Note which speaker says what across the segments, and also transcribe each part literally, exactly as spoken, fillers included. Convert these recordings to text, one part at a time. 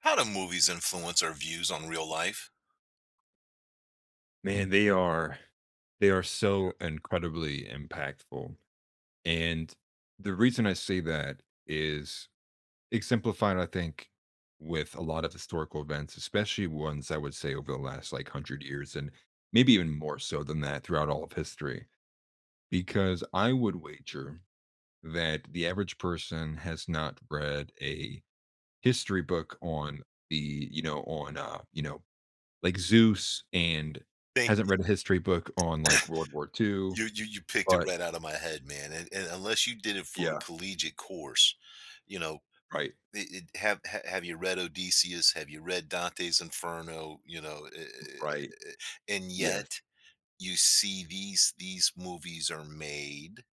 Speaker 1: How do movies influence our views on real life?
Speaker 2: Man, they are they are so incredibly impactful. And the reason I say that is exemplified, I think, with a lot of historical events, especially ones I would say over the last like hundred years, and maybe even more so than that throughout all of history. Because I would wager that the average person has not read a history book on the, you know, on uh, you know, like Zeus and
Speaker 1: Thank
Speaker 2: hasn't read a history book on like World War Two,
Speaker 1: you. You you picked it
Speaker 2: but
Speaker 1: right out of my head, man. And, and unless you did it for a
Speaker 2: yeah,
Speaker 1: collegiate course, you know,
Speaker 2: right,
Speaker 1: it, it, have ha- have you read Odysseus? Have you read Dante's Inferno? You know, eh, eh,
Speaker 2: right.
Speaker 1: eh, eh, and
Speaker 2: Yes,
Speaker 1: yet you see these these movies are made.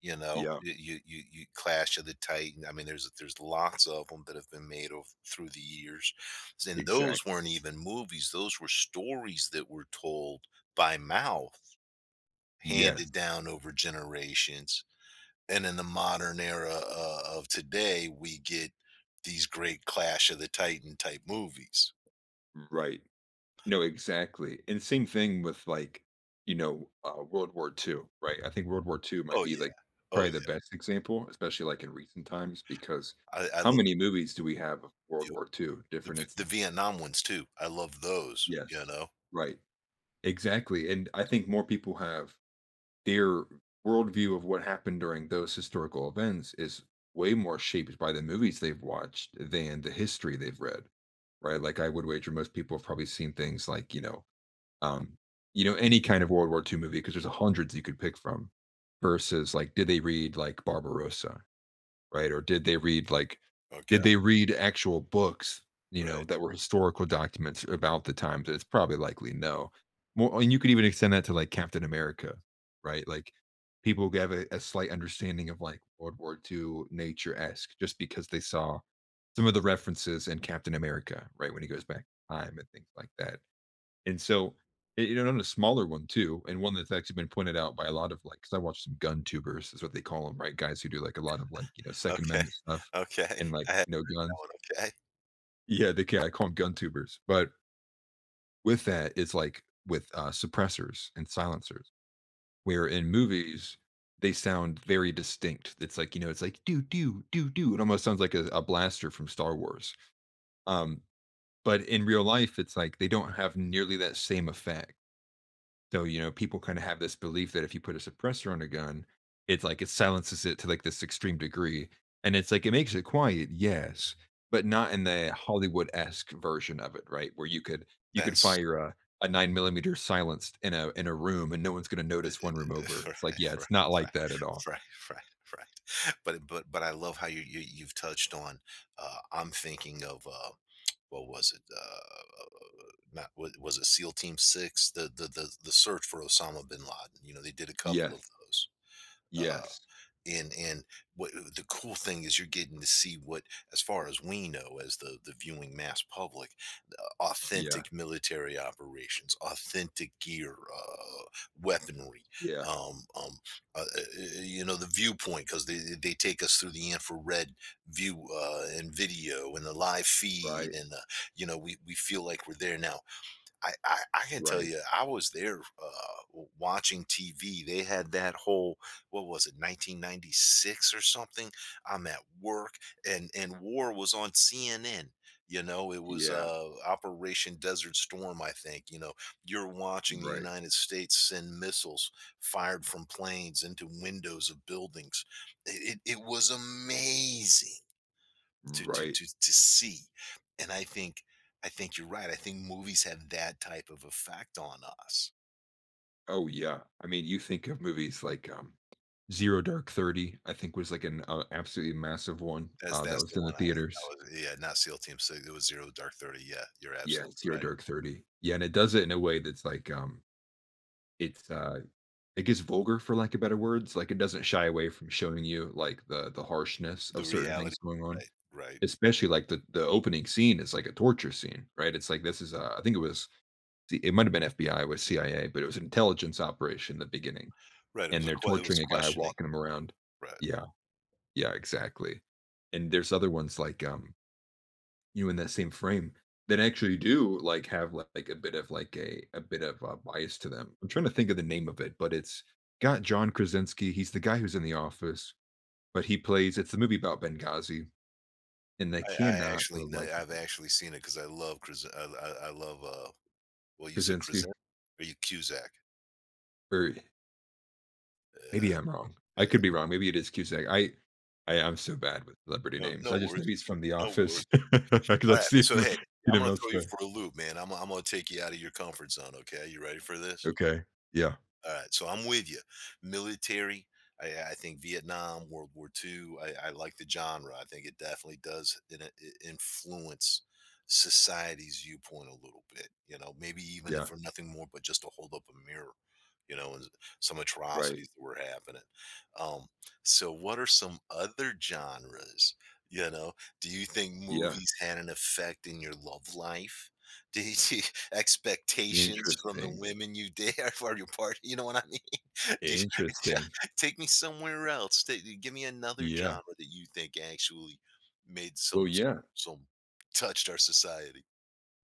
Speaker 1: You know,
Speaker 2: yeah,
Speaker 1: you you you you Clash of the Titan, I mean, there's there's lots of them that have been made over through the years, and those weren't
Speaker 2: exactly.
Speaker 1: even movies, those were stories that were told by mouth, handed
Speaker 2: Yes,
Speaker 1: down over generations, and in the modern era o of today, we get these great Clash of the Titan type movies.
Speaker 2: right. No, exactly. And same thing with like, you know, uh, World War Two, right? I think World War Two might
Speaker 1: Oh,
Speaker 2: be
Speaker 1: yeah.
Speaker 2: like
Speaker 1: Oh,
Speaker 2: probably the best example, especially like in recent times, because
Speaker 1: yeah. I I
Speaker 2: how
Speaker 1: love
Speaker 2: many movies do we have of World
Speaker 1: the
Speaker 2: War Two.
Speaker 1: the
Speaker 2: Different
Speaker 1: the
Speaker 2: instances.
Speaker 1: Vietnam ones too, I love those, you
Speaker 2: Yes,
Speaker 1: know?
Speaker 2: right. Exactly. And I think more people have their worldview of what happened during those historical events is way more shaped by the movies they've watched than the history they've read, right? Like I would wager most people have probably seen things like you know, um, you know, any kind of World War two movie because there's hundreds you could pick from. Versus like, did they read like Barbarossa? Right? Or did they read like
Speaker 1: Okay,
Speaker 2: did they read actual books, you know,
Speaker 1: right.
Speaker 2: that were historical documents about the times? It's probably likely no. More, and you could even extend that to like Captain America, right? Like people have a, a slight understanding of like World War two nature esque just because they saw some of the references in Captain America, right? When he goes back in time and things like that. And so, y you know, and a smaller one too, and one that's actually been pointed out by a lot of like, because I watch some gun tubers is what they call them, right? Guys who do like a lot of like, you know, Second
Speaker 1: Okay,
Speaker 2: Amendment stuff
Speaker 1: okay,
Speaker 2: and like,
Speaker 1: I have
Speaker 2: you know,
Speaker 1: heard that
Speaker 2: guns.
Speaker 1: one, okay.
Speaker 2: Yeah, they can. I call them gun tubers. But with that, it's like with, uh, suppressors and silencers, where in movies, they sound very distinct. It's like, you know, it's like, "Do, do, do, do." It almost sounds like a a blaster from Star Wars. Um, but in real life, it's like they don't have nearly that same effect. So, you know, people kind of have this belief that if you put a suppressor on a gun, it's like it silences it to like this extreme degree. And it's like it makes it quiet, yes, but not in the Hollywood-esque version of it, right? Where you could you could
Speaker 1: That's
Speaker 2: fire a a nine millimeter silenced in a in a room and no one's gonna
Speaker 1: I I I
Speaker 2: notice one room over.
Speaker 1: right,
Speaker 2: It's like, yeah, it's not
Speaker 1: right,
Speaker 2: like that at all.
Speaker 1: right, right, right, right, but but but I love how you you you've touched on, uh, I'm thinking of, uh, what was it, uh, not wa was it SEAL Team six? The the the the search for Osama bin Laden, you know, they did a couple of
Speaker 2: Yes,
Speaker 1: those, uh
Speaker 2: yes,
Speaker 1: and and what uh, the cool thing is you're getting to see what, as far as we know as the the viewing mass public, the
Speaker 2: yeah,
Speaker 1: authentic military operations, authentic gear, uh, weaponry,
Speaker 2: yeah,
Speaker 1: um, um, uh, uh, uh, you know the viewpoint, because they, they they take us through the infrared view, uh, and video and the live feed,
Speaker 2: right,
Speaker 1: and uh, you know we, we feel like we're there now. I, I, I can tell
Speaker 2: right,
Speaker 1: you, I was there, uh, watching T V. They had that whole, what was it, nineteen ninety-six or something? I'm at work, and and war was on C N N. You know, it was
Speaker 2: yeah,
Speaker 1: uh, Operation Desert Storm, I think. You know, you're watching the
Speaker 2: right,
Speaker 1: United States send missiles fired from planes into windows of buildings. It, it, it was amazing to to
Speaker 2: right.
Speaker 1: to to see, and i think i think you're right. I think movies have that type of effect on us.
Speaker 2: Oh, yeah. I mean, you think of movies like, um, Zero Dark Thirty, I think was, like, an, uh, absolutely massive one,
Speaker 1: that's
Speaker 2: uh, that
Speaker 1: that's
Speaker 2: was
Speaker 1: the
Speaker 2: in the
Speaker 1: one i was,
Speaker 2: theaters.
Speaker 1: I was yeah, not SEAL Team Six, it was Zero Dark thirty. Yeah, you're
Speaker 2: Yeah,
Speaker 1: absolutely
Speaker 2: Zero
Speaker 1: right.
Speaker 2: Dark Thirty. Yeah, and it does it in a way that's, like, um, it's, uh it gets vulgar, for lack of better words, like, it doesn't shy away from showing you, like, the the harshness
Speaker 1: The
Speaker 2: of certain
Speaker 1: reality.
Speaker 2: things going on,
Speaker 1: Right, right,
Speaker 2: especially, like, the the opening scene is, like, a torture scene, right? It's like, this is, uh I think it was the it might have been F B I, it was C I A, but it was an intelligence operation in the beginning.
Speaker 1: right. it was
Speaker 2: And
Speaker 1: a
Speaker 2: they're
Speaker 1: que- it was
Speaker 2: torturing a guy,
Speaker 1: questioning.
Speaker 2: walking him around.
Speaker 1: Right.
Speaker 2: Yeah, yeah, exactly. And there's other ones like, um, you know, in that same frame that actually do like have li- like a bit of like a a bit of a bias to them. I'm trying to think of the name of it, but it's got John Krasinski. He's the guy who's in The Office, but he plays. It's the movie about Benghazi, and they
Speaker 1: i, I
Speaker 2: cannot for
Speaker 1: actually
Speaker 2: the
Speaker 1: kn-
Speaker 2: life of
Speaker 1: I've
Speaker 2: me.
Speaker 1: actually seen it because i love Kras- I, I, I love, uh well, you said Krasin.
Speaker 2: Krasinski,
Speaker 1: Are you Cusack?
Speaker 2: or maybe
Speaker 1: Yeah.
Speaker 2: I'm wrong. I
Speaker 1: Yeah,
Speaker 2: could be wrong. Maybe it is Cusack. I, I am so bad with celebrity
Speaker 1: no,
Speaker 2: names.
Speaker 1: no
Speaker 2: I just know
Speaker 1: worries,
Speaker 2: he's from The
Speaker 1: no worries.
Speaker 2: Office. Because I've
Speaker 1: Alright,
Speaker 2: seen
Speaker 1: so
Speaker 2: him,
Speaker 1: hey,
Speaker 2: seen
Speaker 1: I'm
Speaker 2: him
Speaker 1: gonna throw you
Speaker 2: elsewhere.
Speaker 1: for a loop, man. I'm I'm gonna take you out of your comfort zone, okay? You ready for this?
Speaker 2: Okay. Yeah.
Speaker 1: All right, so I'm with you. Military, I, I think Vietnam, World War Two. I, I like the genre. I think it definitely does in it influence society's viewpoint a little bit. You know, maybe even if
Speaker 2: Yeah.
Speaker 1: for nothing more, but just to hold up a mirror. You know, and some
Speaker 2: Right.
Speaker 1: atrocities that were happening. Um, so, what are some other genres? You know, do you think
Speaker 2: Yeah.
Speaker 1: movies had an effect in your love life? Did you? Expectations from the
Speaker 2: Interesting.
Speaker 1: women you date or for your party. You know what I mean? Do you-
Speaker 2: Interesting.
Speaker 1: take me somewhere else, ta give me another
Speaker 2: Yeah.
Speaker 1: genre that you think actually made
Speaker 2: Well,
Speaker 1: some some
Speaker 2: yeah.
Speaker 1: some touched our society.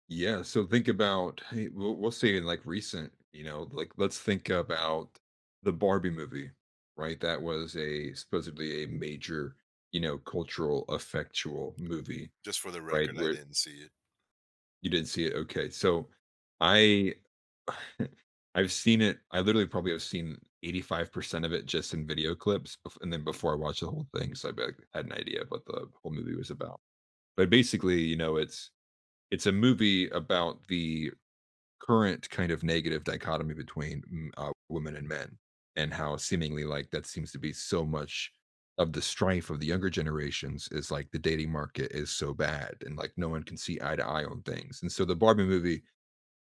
Speaker 2: Yeah. So think about, hey, we'll, we'll say in like recent, you know, like let's think about the Barbie movie, right? That was a supposedly a major, you know, cultural, effectual movie,
Speaker 1: Just for the
Speaker 2: right?
Speaker 1: record, I
Speaker 2: Where
Speaker 1: didn't see it.
Speaker 2: you didn't see it? Okay. So I I've seen it. I literally probably have seen eighty-five percent of it just in video clips. bef- And then before I watched the whole thing, so I be- had an idea of what the whole movie was about. But basically, you know, it's it's a movie about the current kind of negative dichotomy between mm, uh, women and men and how seemingly like that seems to be so much of the strife of the younger generations is like the dating market is so bad and like no one can see eye to eye on things and so the Barbie movie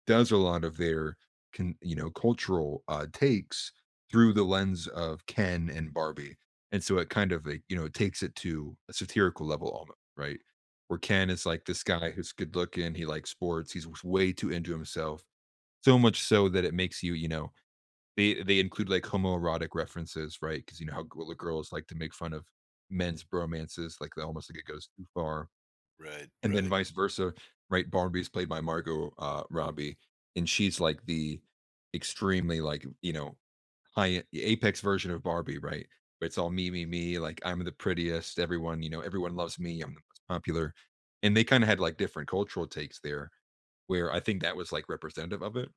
Speaker 2: does a lot of their can you know cultural uh takes through the lens of Ken and Barbie, and so it kind of like, you know, takes it to a satirical level almost, right, where Ken is like this guy who's good looking, he likes sports, he's way too into himself so much so that it makes you, you know, they they include like homoerotic references, right? Because you know how g- girls like to make fun of men's bromances, like they almost like it goes too far,
Speaker 1: Right,
Speaker 2: and then
Speaker 1: right.
Speaker 2: vice versa, right? Barnaby's played by Margot uh, Robbie, and she's like the extremely like, you know, high apex version of Barbie, right? Where it's all me, me, me. Like I'm the prettiest. Everyone, you know, everyone loves me. I'm the most popular. And they kind of had like different cultural takes there, where I think that was like representative of it,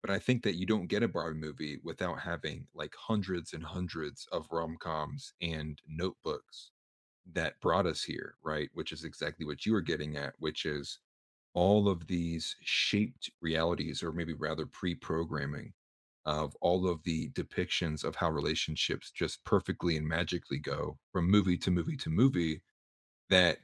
Speaker 2: but I think that you don't get a Barbie movie without having, like, hundreds and hundreds of rom-coms and notebooks that brought us here, right? Which is exactly what you were getting at, which is all of these shaped realities or maybe rather pre-programming of all of the depictions of how relationships just perfectly and magically go from movie to movie to movie that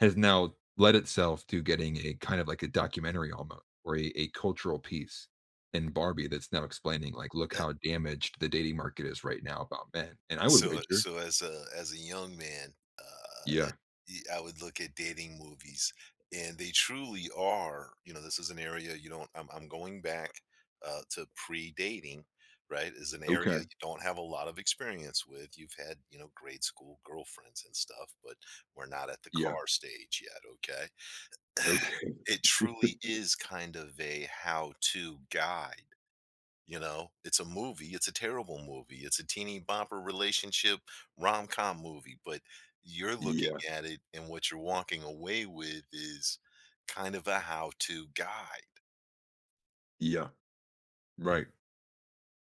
Speaker 2: has now led itself to getting a kind of like a documentary almost or a, a cultural piece in Barbie that's now explaining like look how damaged the dating market is right now about men. And I would
Speaker 1: So
Speaker 2: wager,
Speaker 1: so as a as a young man, uh,
Speaker 2: yeah,
Speaker 1: y- I would look at dating movies, and they truly are. You know, this is an area you don't. I'm I'm going back, uh, to pre-dating, right? Is an area
Speaker 2: okay,
Speaker 1: you don't have a lot of experience with. You've had, you know grade school girlfriends and stuff, but we're not at the
Speaker 2: yeah,
Speaker 1: car stage yet. Okay,
Speaker 2: okay,
Speaker 1: it truly is kind of a how-to guide. You know, it's a movie. It's a terrible movie. It's a teeny bopper relationship rom com movie, but you're looking
Speaker 2: yeah,
Speaker 1: at it, and what you're walking away with is kind of a how to guide.
Speaker 2: yeah, right.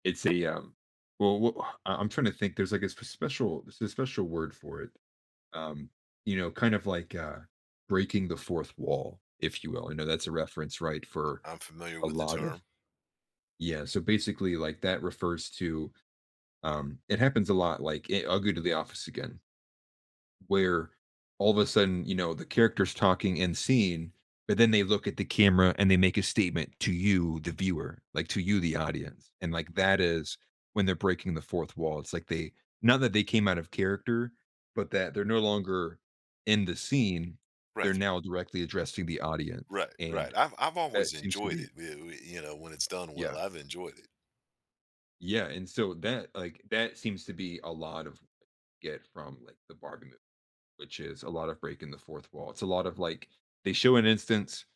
Speaker 2: It's a um well, well I- I'm trying to think there's like a sp- special, there's a special word for it. Um, you know, kind of like uh breaking the fourth wall, if you will. You know, that's a reference, right, for
Speaker 1: I'm familiar
Speaker 2: a
Speaker 1: with the
Speaker 2: lot of.
Speaker 1: term.
Speaker 2: Yeah, so basically, like that refers to, um, it happens a lot. Like i I'll go to The Office again, where all of a sudden, you know, the character's talking and scene, but then they look at the camera and they make a statement to you, the viewer, like to you, the audience, and like that is when they're breaking the fourth wall. It's like they, not that they came out of character, but that they're no longer in the scene. They're
Speaker 1: Right.
Speaker 2: now directly addressing the audience,
Speaker 1: Right. Right.
Speaker 2: and
Speaker 1: I've, I've always
Speaker 2: that seems to
Speaker 1: enjoyed
Speaker 2: be,
Speaker 1: it. we- we- You know, when it's done well,
Speaker 2: yeah.
Speaker 1: I've enjoyed it.
Speaker 2: Yeah, and so that like that seems to be a lot of what we get from like the Barbie movie, which is a lot of breaking the fourth wall. It's a lot of like they show an instance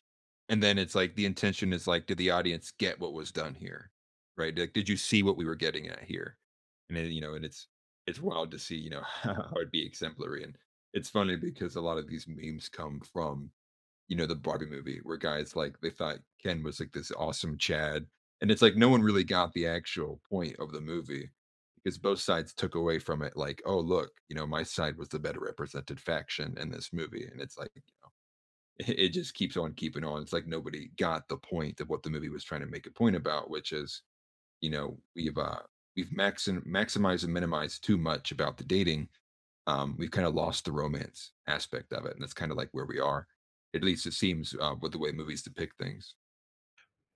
Speaker 2: and then it's like the intention is like, did the audience get what was done here? Right? Like, did you see what we were getting at here? And then, you know, and it's it's wild to see, you know, how it'd be exemplary. And it's funny because a lot of these memes come from, you know, the Barbie movie where guys like they thought Ken was like this awesome Chad. And it's like no one really got the actual point of the movie because both sides took away from it like, oh look, you know, my side was the better represented faction in this movie. And it's like it just keeps on keeping on. It's like nobody got the point of what the movie was trying to make a point about, which is, you know, we've uh we've maxim maximized and minimized too much about the dating, um, we've kind of lost the romance aspect of it, and that's kind of like where we are. At least it seems, uh, with the way movies depict things.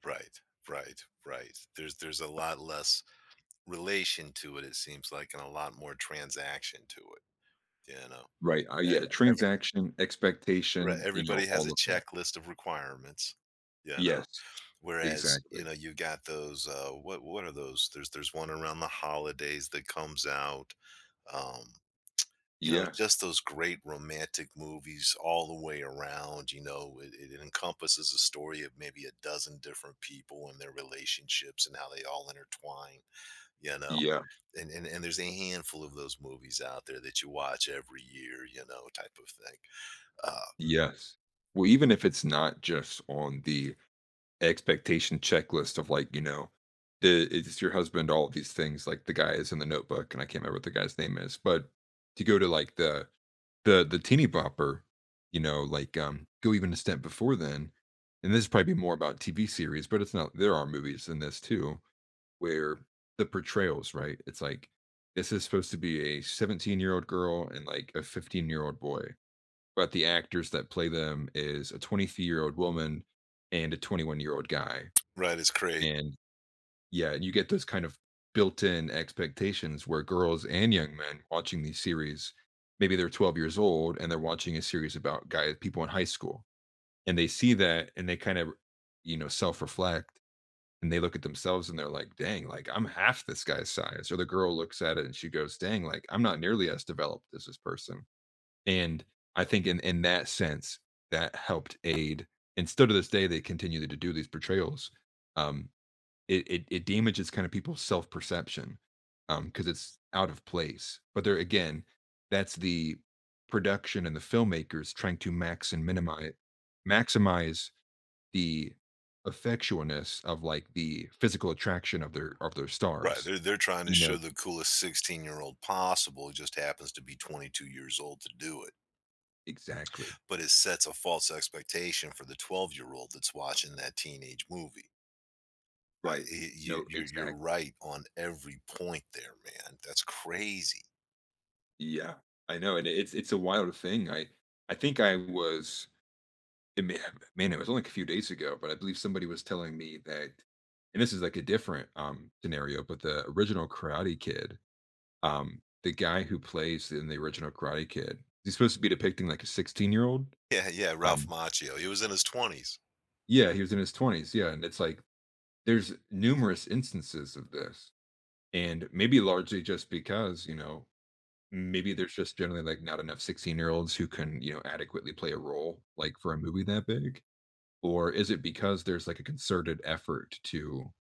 Speaker 1: Right. Right. Right. There's, there's a lot less relation to it, it seems like, and a lot more transaction to it. You know,
Speaker 2: Right. Uh, yeah.
Speaker 1: E-
Speaker 2: Transaction,
Speaker 1: right,
Speaker 2: expectation, you know,
Speaker 1: everybody has a
Speaker 2: all of that.
Speaker 1: checklist of requirements, you know?
Speaker 2: Yes.
Speaker 1: Whereas, you
Speaker 2: Exactly.
Speaker 1: know, you got those, uh, what what are those? There's there's one around the holidays that comes out, um, you know,
Speaker 2: Yeah.
Speaker 1: just those great romantic movies all the way around. you know, it it encompasses a story of maybe a dozen different people and their relationships and how they all intertwine, you know?
Speaker 2: Yeah.
Speaker 1: And and and there's a handful of those movies out there that you watch every year, you know, type of thing. Uh,
Speaker 2: Yes. Well, even if it's not just on the expectation checklist of like, you know, the, it's your husband, all of these things, like the guy is in the notebook, and I can't remember what the guy's name is, but to go to like the The the teeny bopper, you know, like, um, go even a step before then, and this is probably more about T V series, but it's not, there are movies in this too, where the portrayals, right? It's like, this is supposed to be a seventeen-year-old girl and, like, a fifteen-year-old boy, but the actors that play them is a twenty-three-year-old woman and a twenty-one-year-old guy,
Speaker 1: right, it's crazy.
Speaker 2: and yeah, you get those kind of built-in expectations where girls and young men watching these series, maybe they're twelve years old and they're watching a series about guys, people in high school, and they see that and they kind of, you know, self-reflect and they look at themselves and they're like, "Dang, like I'm half this guy's size." Or the girl looks at it and she goes, "Dang, like I'm not nearly as developed as this person." And I think in in that sense, that helped aid. And still to this day, they continue to do these portrayals. Um, it it, it damages kind of people's self perception, um, because it's out of place. But there again, that's the production and the filmmakers trying to max and minimize maximize the effectualness of like the physical attraction of their of their
Speaker 1: Right,
Speaker 2: stars.
Speaker 1: they're they're trying to
Speaker 2: You
Speaker 1: show
Speaker 2: know,
Speaker 1: the coolest sixteen-year-old possible. It just happens to be twenty-two years old to do it,
Speaker 2: exactly,
Speaker 1: but it sets a false expectation for the twelve-year-old that's watching that teenage movie. I
Speaker 2: right.
Speaker 1: y you
Speaker 2: No,
Speaker 1: you're you're
Speaker 2: exactly.
Speaker 1: right on every point there, man, that's crazy.
Speaker 2: Yeah, I know, and it's it's a wild thing. I I think I was it ma- man, it was only like a few days ago, but I believe somebody was telling me that, and this is like a different um scenario, but the original Karate Kid, um, the guy who plays in the original Karate Kid, he's supposed to be depicting like a sixteen year old.
Speaker 1: Yeah, yeah, Ralph
Speaker 2: Um,
Speaker 1: Macchio, he was in his twenties.
Speaker 2: yeah, he was in his twenties. Yeah, and it's like there's numerous instances of this, and maybe largely just because you know maybe there's just generally like not enough sixteen year olds who can you know adequately play a role like for a movie that big, or is it because there's like a concerted effort to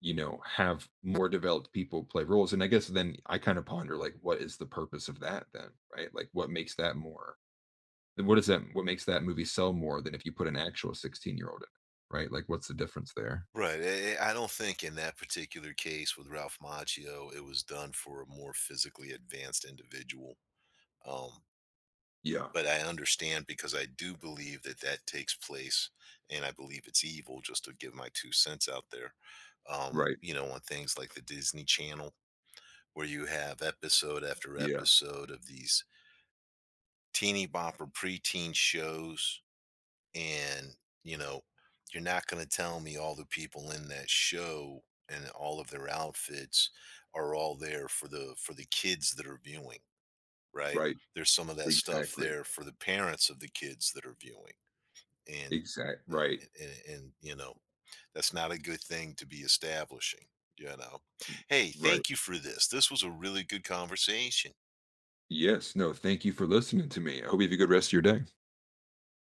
Speaker 2: you know have more developed people play roles, and I guess then I kind of ponder like what is the purpose of that then, right? Like what makes that more, what is that what makes that movie sell more than if you put an actual sixteen year old in it, right? Like what's the difference there.
Speaker 1: Right, eh eh, I don't think in that particular case with Ralph Macchio, it was done for a more physically advanced individual, um
Speaker 2: Yeah,
Speaker 1: but I understand because I do believe that that takes place, and I believe it's evil. Just to give my two cents out there, um,
Speaker 2: right.
Speaker 1: you know, on things like the Disney Channel, where you have episode after
Speaker 2: Yeah,
Speaker 1: episode of these teeny bopper preteen shows, and, you know, you're not going to tell me all the people in that show and all of their outfits are all there for the for the kids that are viewing, right?
Speaker 2: right.
Speaker 1: There's some of that stuff
Speaker 2: Exactly.
Speaker 1: there for the parents of the kids that are viewing, and
Speaker 2: Exact.
Speaker 1: eh,
Speaker 2: Right.
Speaker 1: and, and you know that's not a good thing to be establishing. You know hey,
Speaker 2: Right.
Speaker 1: thank you for this this was a really good conversation.
Speaker 2: Yes. No, thank you for listening to me. I hope you have a good rest of your day.